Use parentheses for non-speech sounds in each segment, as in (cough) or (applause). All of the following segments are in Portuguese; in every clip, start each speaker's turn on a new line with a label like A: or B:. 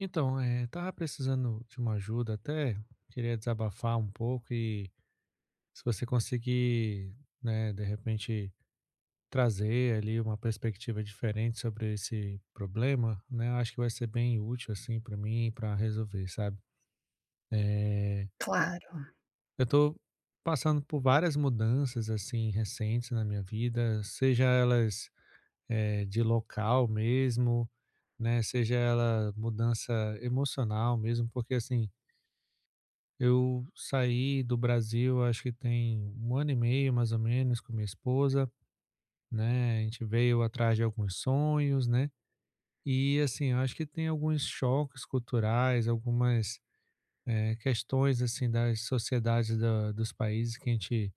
A: Então, tava precisando de uma ajuda, até queria desabafar um pouco e se você conseguir, né, de repente trazer ali uma perspectiva diferente sobre esse problema, né, eu acho que vai ser bem útil assim para mim para resolver, sabe? Eh,
B: Claro.
A: eu tô passando por várias mudanças assim recentes na minha vida, seja elas de local mesmo, né, seja ela mudança emocional mesmo, porque assim eu saí do Brasil, acho que tem um ano e meio, mais ou menos, com minha esposa, né? A gente veio atrás de alguns sonhos, né? E assim, eu acho que tem alguns choques culturais, algumas questões assim das sociedades dos países que a gente,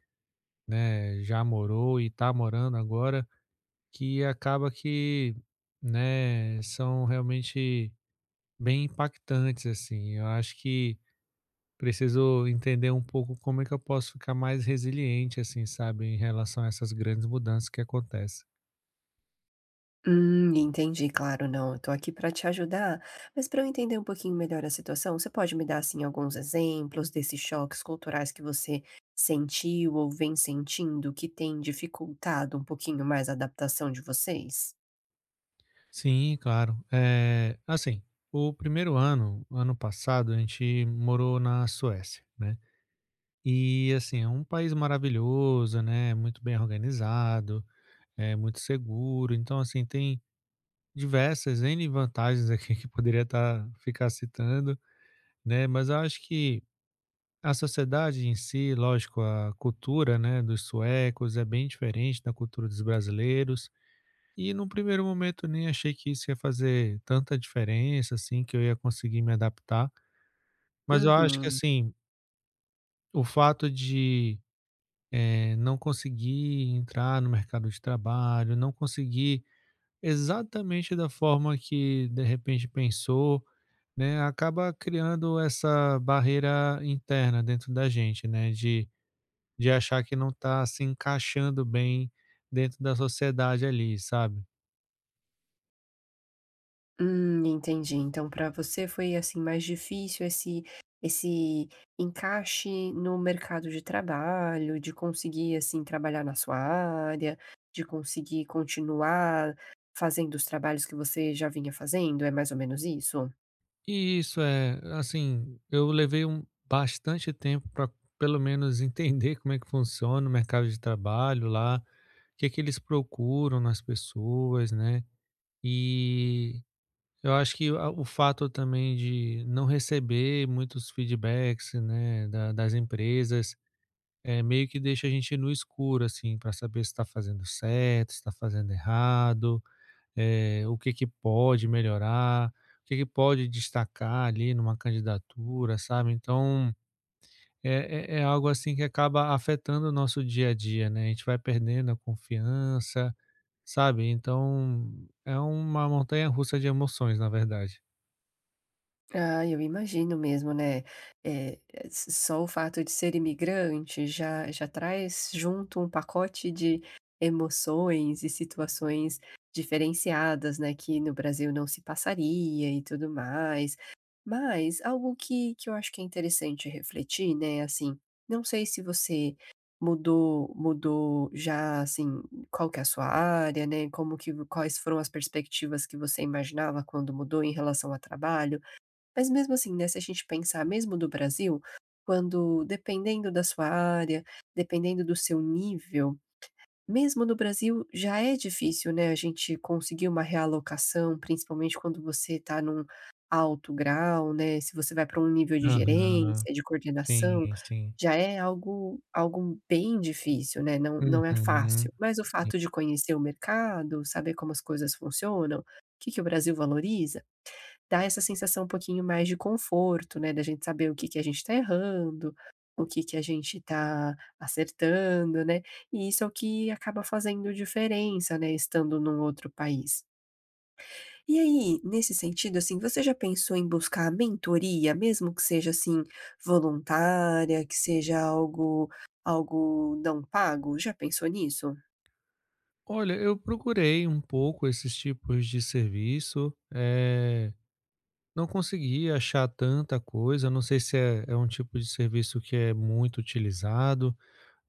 A: né, já morou e está morando agora, que acaba que, né, são realmente bem impactantes assim. Eu acho que preciso entender um pouco como é que eu posso ficar mais resiliente, assim, sabe, em relação a essas grandes mudanças que acontecem.
B: Entendi, claro, não, eu tô aqui para te ajudar, mas para eu entender um pouquinho melhor a situação, você pode me dar, assim, alguns exemplos desses choques culturais que você sentiu ou vem sentindo que tem dificultado um pouquinho mais a adaptação de vocês?
A: Sim, claro. É, assim, o primeiro ano, ano passado, a gente morou na Suécia, né? E, assim, é um país maravilhoso, né? Muito bem organizado, é muito seguro. Então, assim, tem diversas N vantagens aqui (laughs) que poderia estar ficar citando, né? Mas eu acho que a sociedade em si, lógico, a cultura, né, dos suecos é bem diferente da cultura dos brasileiros. E num primeiro momento nem achei que isso ia fazer tanta diferença, assim, que eu ia conseguir me adaptar. Mas eu acho que,
B: Uhum.
A: assim, o fato de, não conseguir entrar no mercado de trabalho, não conseguir exatamente da forma que de repente pensou, né, acaba criando essa barreira interna dentro da gente, né, de achar que não está se encaixando bem dentro da sociedade ali, sabe.
B: Entendi. Então para você foi, assim, mais difícil esse encaixe no mercado de trabalho, de conseguir, assim, trabalhar na sua área, de conseguir continuar fazendo os trabalhos que você já vinha fazendo, é mais ou menos isso?
A: E isso é assim, eu levei um bastante tempo para pelo menos entender como é que funciona o mercado de trabalho lá, o que é que eles procuram nas pessoas, né. E eu acho que a o fato também de não receber muitos feedbacks, né, da das empresas, é meio que deixa a gente no escuro, assim, para saber se está fazendo certo, se está fazendo errado. O que que pode melhorar, o que que pode destacar ali numa candidatura, sabe? Então, é algo assim que acaba afetando o nosso dia a dia, né? A gente vai perdendo a confiança, sabe? Então, é uma montanha russa de emoções, na verdade.
B: Ah, eu imagino mesmo, né, eh, s só o fato de ser imigrante já traz junto um pacote de emoções e situações diferenciadas, né, que no Brasil não se passaria e tudo mais. Mas algo que eu acho que é interessante refletir, né, assim, não sei se você mudou já, assim, qual que é a sua área, né, como que quais foram as perspectivas que você imaginava quando mudou em relação ao trabalho? Mas mesmo assim, né, se a gente pensar mesmo do Brasil, quando dependendo da sua área, dependendo do seu nível, mesmo no Brasil já é difícil, né, a gente conseguir uma realocação, principalmente quando você está num alto grau, né, se você vai para um nível de
A: Aham,
B: gerência, de
A: sim,
B: coordenação,
A: sim.
B: já é algo bem difícil, né, não
A: Uhum,
B: não é fácil. Mas o
A: sim.
B: fato de conhecer o mercado, saber como as coisas funcionam, o que o Brasil valoriza. Dá essa sensação um pouquinho mais de conforto, né, da gente saber o que a gente está errando, o que a gente está acertando, né, e isso é o que acaba fazendo diferença, né, estando num outro país. E aí, nesse sentido, assim, você já pensou em buscar mentoria, mesmo que seja, assim, voluntária, que seja algo não pago? Já pensou nisso?
A: Olha, eu procurei um pouco esses tipos de serviço. Não consegui achar tanta coisa, não sei se é um tipo de serviço que é muito utilizado,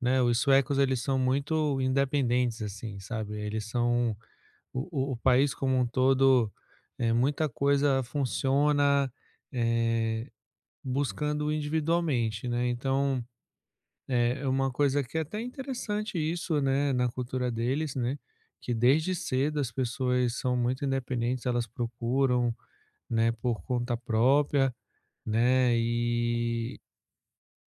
A: né, os suecos eles são muito independentes, assim, sabe, eles são o país como um todo, muita coisa funciona, eh, buscando individualmente, né, então, é uma coisa que é até interessante isso, né, na cultura deles, né, que desde cedo as pessoas são muito independentes, elas procuram, né, por conta própria, né? E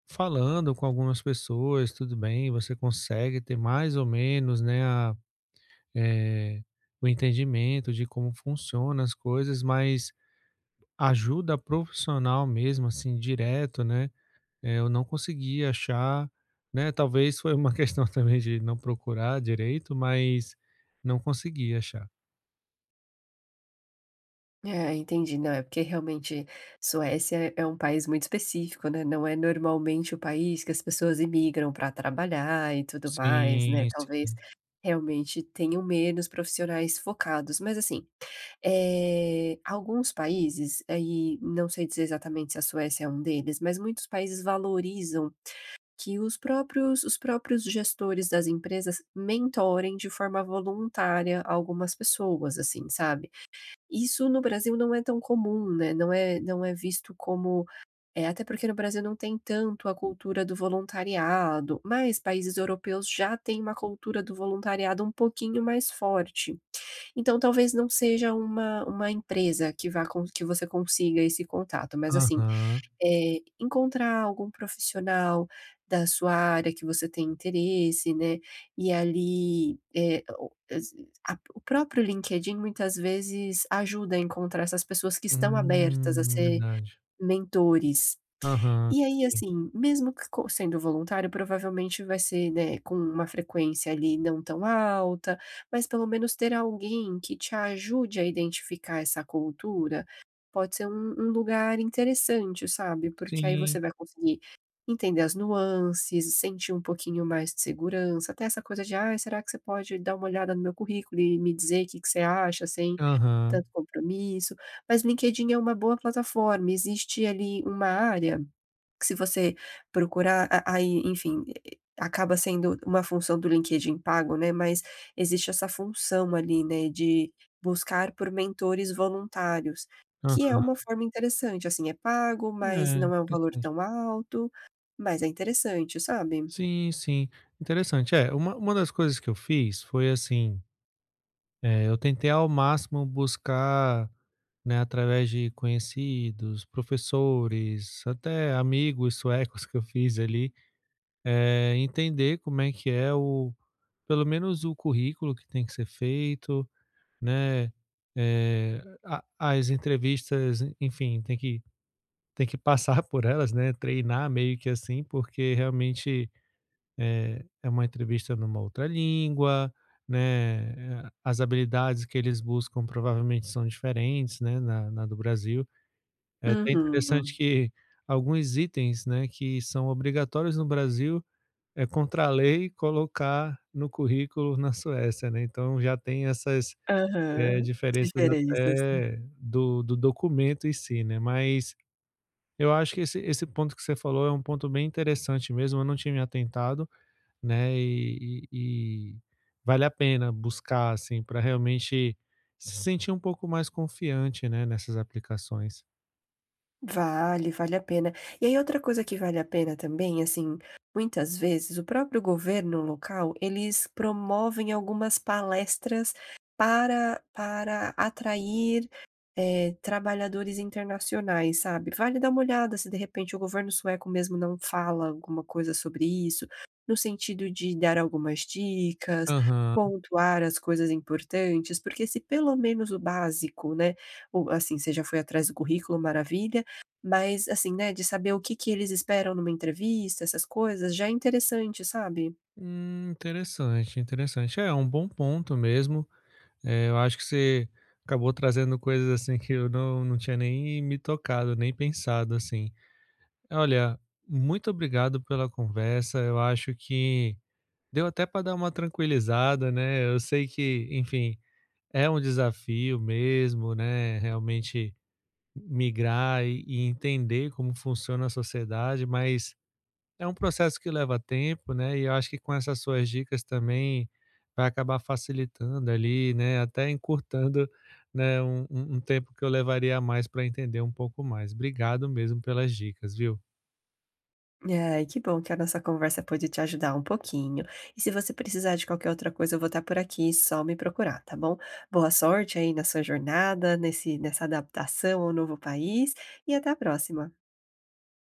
A: falando com algumas pessoas, tudo bem, você consegue ter mais ou menos, né, a, eh, o entendimento de como funcionam as coisas, mas ajuda profissional mesmo, assim, direto, né? Eu não consegui achar, né? Talvez foi uma (laughs) questão também de não procurar direito, mas não consegui achar.
B: É, entendi. Não, é porque realmente Suécia é um país muito específico, né? Não é normalmente o país que as pessoas imigram para trabalhar e tudo mais, né?
A: Sim,
B: Talvez
A: sim.
B: realmente tenham menos profissionais focados. Mas assim, alguns países, aí não sei dizer exatamente se a Suécia é um deles, mas muitos países valorizam que os próprios gestores das empresas mentorem de forma voluntária algumas pessoas, assim, sabe? Isso no Brasil não é tão comum, né, não é visto como até porque no Brasil não tem tanto a cultura do voluntariado, mas países europeus já têm uma cultura do voluntariado um pouquinho mais forte. Então talvez não seja uma empresa que vá con que você consiga esse contato, mas assim,
A: Aham.
B: encontrar algum profissional da sua área que você tem interesse, né, e ali, eh, o as a o próprio LinkedIn muitas vezes ajuda a encontrar essas pessoas que estão abertas a ser
A: Verdade.
B: mentores.
A: Aham,
B: E aí,
A: sim.
B: assim, mesmo que co sendo voluntário, provavelmente vai ser, né, com uma frequência ali não tão alta, mas pelo menos ter alguém que te ajude a identificar essa cultura, pode ser um lugar interessante, sabe, porque aí
A: Sim,
B: você vai conseguir entender as nuances, sentir um pouquinho mais de segurança, até essa coisa de: "ah, será que você pode dar uma olhada no meu currículo e me dizer o que você acha?", sem
A: aham.
B: tanto compromisso. Mas LinkedIn é uma boa plataforma, existe ali uma área que se você procurar, a aí, enfim, acaba sendo uma função do LinkedIn pago, né, mas existe essa função ali, né, de buscar por mentores voluntários, que é
A: Aham.
B: uma forma interessante, assim, é pago, mas
A: É,
B: não é um valor
A: interessante.
B: tão alto, mas é interessante, sabe?
A: Sim, sim, interessante. É, uma das coisas que eu fiz foi assim, eu tentei ao máximo buscar, né, através de conhecidos, professores, até amigos suecos que eu fiz ali, entender como é que é o pelo menos o currículo que tem que ser feito, né, a as entrevistas, enfim, tem que passar (laughs) por elas, né, treinar meio que assim, porque realmente é é uma entrevista numa outra língua, né, as habilidades que eles buscam provavelmente são diferentes, né, na do Brasil. É até interessante
B: Uhum.
A: que alguns itens, né, que são obrigatórios no Brasil, é contra a lei colocar no currículo na Suécia, né, então já tem essas,
B: Aham.
A: diferenças
B: Diferenças.
A: até do documento em si, né. Mas eu acho que esse ponto que você falou é um ponto bem interessante mesmo, eu não tinha me atentado. Né, e vale a pena buscar, assim, para realmente se sentir um pouco mais confiante, né, nessas aplicações.
B: Vale, vale a pena. E aí outra coisa que vale a pena também, assim, muitas vezes o próprio governo local, eles promovem algumas palestras para atrair, trabalhadores internacionais, sabe. Vale dar uma olhada se de repente o governo sueco mesmo não fala alguma coisa sobre isso, no sentido de dar algumas dicas,
A: Aham.
B: pontuar as coisas importantes, porque se pelo menos o básico, né, o assim, você já foi atrás do currículo, maravilha. Mas, assim, né, de saber o que eles esperam numa entrevista, essas coisas, já é interessante, sabe?
A: Interessante, interessante. É é um bom ponto mesmo, eu acho que você acabou trazendo coisas, assim, que eu não tinha nem me tocado, nem pensado, assim. Olha, muito obrigado pela conversa, eu acho que deu até para dar uma tranquilizada, né, eu sei que, enfim, é um desafio mesmo, né, realmente migrar e entender como funciona a sociedade, mas é um processo que leva tempo, né, e eu acho que com essas suas dicas também vai acabar facilitando ali, né, até encurtando, né, um tempo que eu levaria a mais para entender um pouco mais. Obrigado mesmo pelas dicas, viu?
B: Ai, que bom que a nossa conversa pôde te ajudar um pouquinho. E se você precisar de qualquer outra coisa, eu vou estar por aqui, só me procurar, tá bom? Boa sorte aí na sua jornada, nesse, nessa adaptação ao novo país, e até a próxima.